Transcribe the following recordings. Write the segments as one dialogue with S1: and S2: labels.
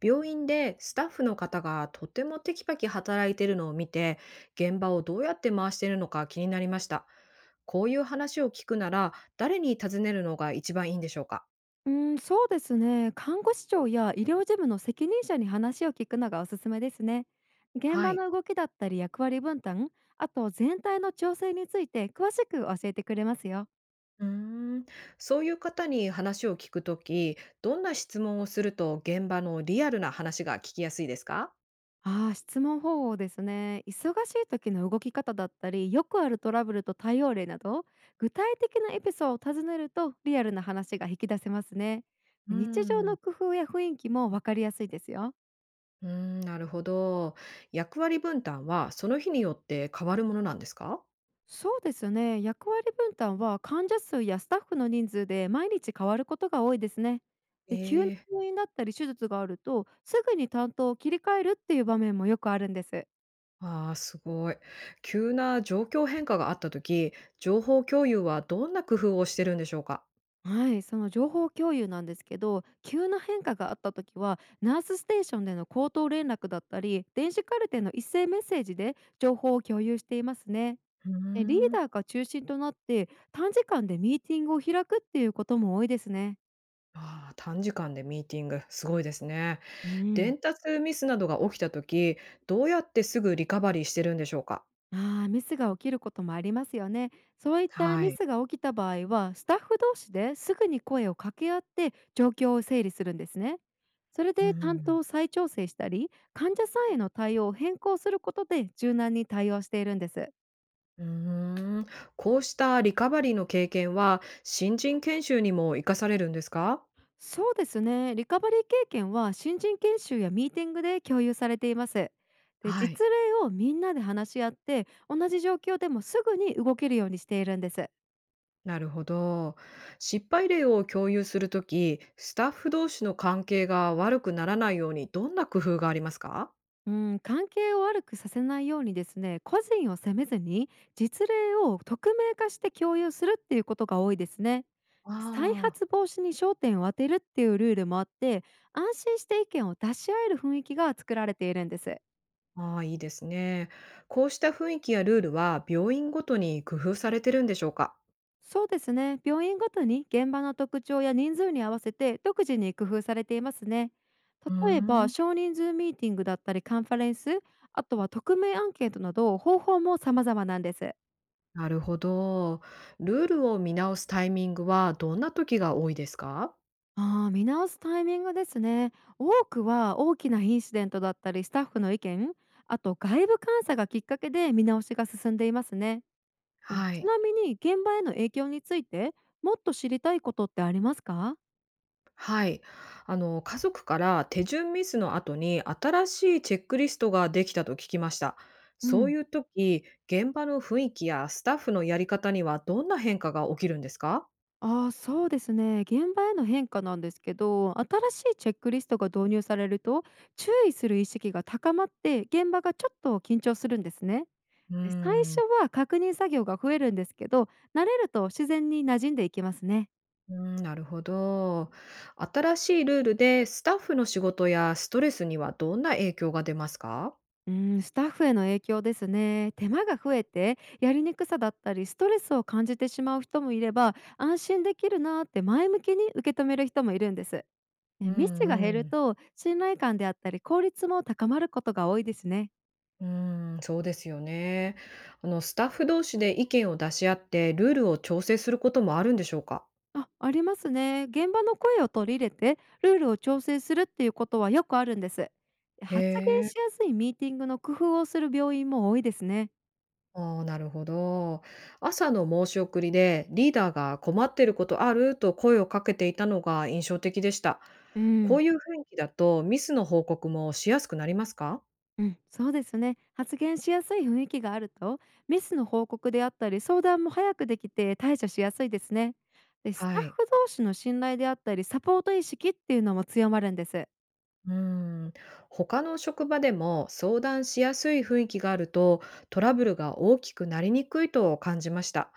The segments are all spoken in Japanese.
S1: 病院でスタッフの方がとてもテキパキ働いているのを見て、現場をどうやって回しているのか気になりました。こういう話を聞くなら、誰に尋ねるのが一番いいんでしょうか？
S2: うん、そうですね。看護師長や医療事務の責任者に話を聞くのがおすすめですね。現
S1: は
S2: 場
S1: い。
S2: の動きだったり役割分担、あと全体の調整について詳しく教えてくれますよ。
S1: うーん。そういう方に話を聞くとき、どんな質問をすると現場のリアルな話が聞きやすいですか？
S2: ああ、質問方法ですね。忙しい時の動き方だったり、よくあるトラブルと対応例など、具体的なエピソードを尋ねるとリアルな話が引き出せますね。
S1: うー
S2: 日常
S1: ん。
S2: の工夫や雰囲気もわかりやすいですよ。
S1: うーん、なるほど。役割分担はその日によって変わるものなんですか？
S2: そうですね。役割分担は患者数やスタッフの人数で毎日変わることが多いですね。で、急な
S1: ええ。
S2: 入院だったり手術があると、すぐに担当を切り替えるっていう場面もよくあるんです。
S1: ああ、すごい。急な状況変化があった時、情報共有はどんな工夫をしてるんでしょうか？
S2: はい、その情報共有なんですけど、急な変化があった時は、ナースステーションでの口頭連絡だったり、電子カルテの一斉メッセージで情報を共有していますね。
S1: うー
S2: でリー
S1: ん。
S2: ダーが中心となって、短時間でミーティングを開くっていうことも多いですね。
S1: ああ、短時間でミーティング、すごいですね。
S2: うん。
S1: 伝達ミスなどが起きた時、どうやってすぐリカバリーしてるんでしょうか？
S2: ああ、ミスが起きることもありますよね。そういった
S1: は
S2: ミ
S1: い。
S2: スが起きた場合は、スタッフ同士ですぐに声を掛け合って状況を整理するんですね。それ
S1: う
S2: で担
S1: ん。
S2: 当を再調整したり、患者さんへの対応を変更することで柔軟に対応しているんです。
S1: うーん、こうしたリカバリーの経験は、新人研修にも活かされるんですか？
S2: そうですね。リカバリー経験は新人研修やミーティングで共有されています。で、
S1: はい。
S2: 実例をみんなで話し合って、同じ状況でもすぐに動けるようにしているんです。
S1: なるほど。失敗例を共有するとき、スタッフ同士の関係が悪くならないように、どんな工夫がありますか？
S2: うん、関係を悪くさせないようにですね、個人を責めずに実例を匿名化して共有するっていうことが多いですね。再
S1: あ
S2: 発防止に焦点を当てるっていうルールもあって、安心して意見を出し合える雰囲気が作られているんです。
S1: あ、ああ、いいですね。こうした雰囲気やルールは病院ごとに工夫されてるんでしょうか？
S2: そうですね、病院ごとに現場の特徴や人数に合わせて独自に工夫されていますね。
S1: うー
S2: 例えば
S1: ん。
S2: 少人数ミーティングだったりカンファレンス、あとは匿名アンケートなど方法も様々なんです。
S1: なるほど。ルールを見直すタイミングはどんな時が多いですか？
S2: ああ、見直すタイミングですね。多くは大きなインシデントだったりスタッフの意見、あと外部監査がきっかけで見直しが進んでいますね。うん、
S1: は
S2: ち
S1: い。
S2: なみに現場への影響についてもっと知りたいことってありますか？
S1: はい。あの、家族から手順ミスの後に新しいチェックリストができたと聞きました。
S2: う
S1: そう
S2: ん。
S1: いう時、現場の雰囲気やスタッフのやり方にはどんな変化が起きるんですか？
S2: ああ、そうですね。現場への変化なんですけど、新しいチェックリストが導入されると注意する意識が高まって現場がちょっと緊張するんですね。
S1: うー
S2: で最
S1: ん。
S2: 初は確認作業が増えるんですけど、慣れると自然に馴染んでいきますね。
S1: うーん、なるほど。新しいルールでスタッフの仕事やストレスにはどんな影響が出ますか？
S2: うん、スタッフへの影響ですね。手間が増えてやりにくさだったりストレスを感じてしまう人もいれば安心できるなーって前向きに受け止める人もいるんです。
S1: う
S2: ね、ミスが
S1: ん。
S2: 減
S1: う
S2: る
S1: ん。
S2: と信頼感であったり効率も高まることが多いですね。
S1: うーん、そうですよね。あの、スタッフ同士で意見を出し合ってルールを調整することもあるんでしょうか？
S2: あ、ありますね。現場の声を取り入れてルールを調整するっていうことはよくあるんです。発言
S1: へ
S2: し
S1: え。
S2: やすいミーティングの工夫をする病院も多いですね。
S1: ああ、なるほど。朝の申し送りでリーダーが困ってることあると声をかけていたのが印象的でした。
S2: う
S1: こ
S2: ん
S1: ういう雰囲気だとミスの報告もしやすくなりますか？
S2: うん、そうですね。発言しやすい雰囲気があると、ミスの報告であったり、相談も早くできて対処しやすいですね。で、ス
S1: は
S2: タッフ
S1: い。
S2: 同士の信頼であったり、サポート意識っていうのも強まるんです。
S1: うん。他の職場でも相談しやすい雰囲気があると、トラブルが大きくなりにくいと感じました。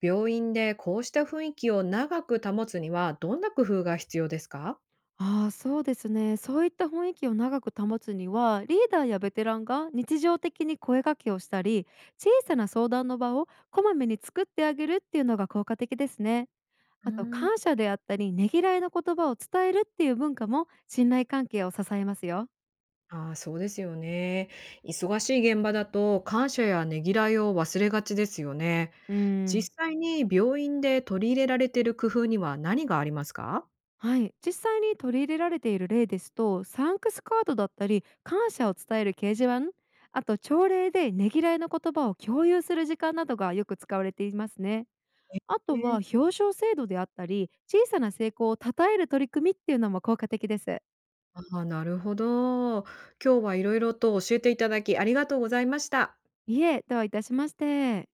S1: 病院でこうした雰囲気を長く保つにはどんな工夫が必要ですか？
S2: ああ、そうですね。そういった雰囲気を長く保つには、リーダーやベテランが日常的に声掛けをしたり、小さな相談の場をこまめに作ってあげるっていうのが効果的ですね。
S1: う
S2: あと、
S1: ん。
S2: 感謝であったり、ねぎらいの言葉を伝えるっていう文化も信頼関係を支えますよ。
S1: ああ、そうですよね。忙しい現場だと感謝やねぎらいを忘れがちですよね。
S2: うーん、
S1: 実際に病院で取り入れられている工夫には何がありますか？
S2: はい、実際に取り入れられている例ですとサンクスカードだったり感謝を伝える掲示板、あと朝礼でねぎらいの言葉を共有する時間などがよく使われていますね。あと
S1: ね。
S2: は表彰制度であったり小さな成功を称える取り組みっていうのも効果的です。
S1: ああ、なるほど。今日はいろいろと教えていただき、ありがとうございました。
S2: いえ、どういたしまして。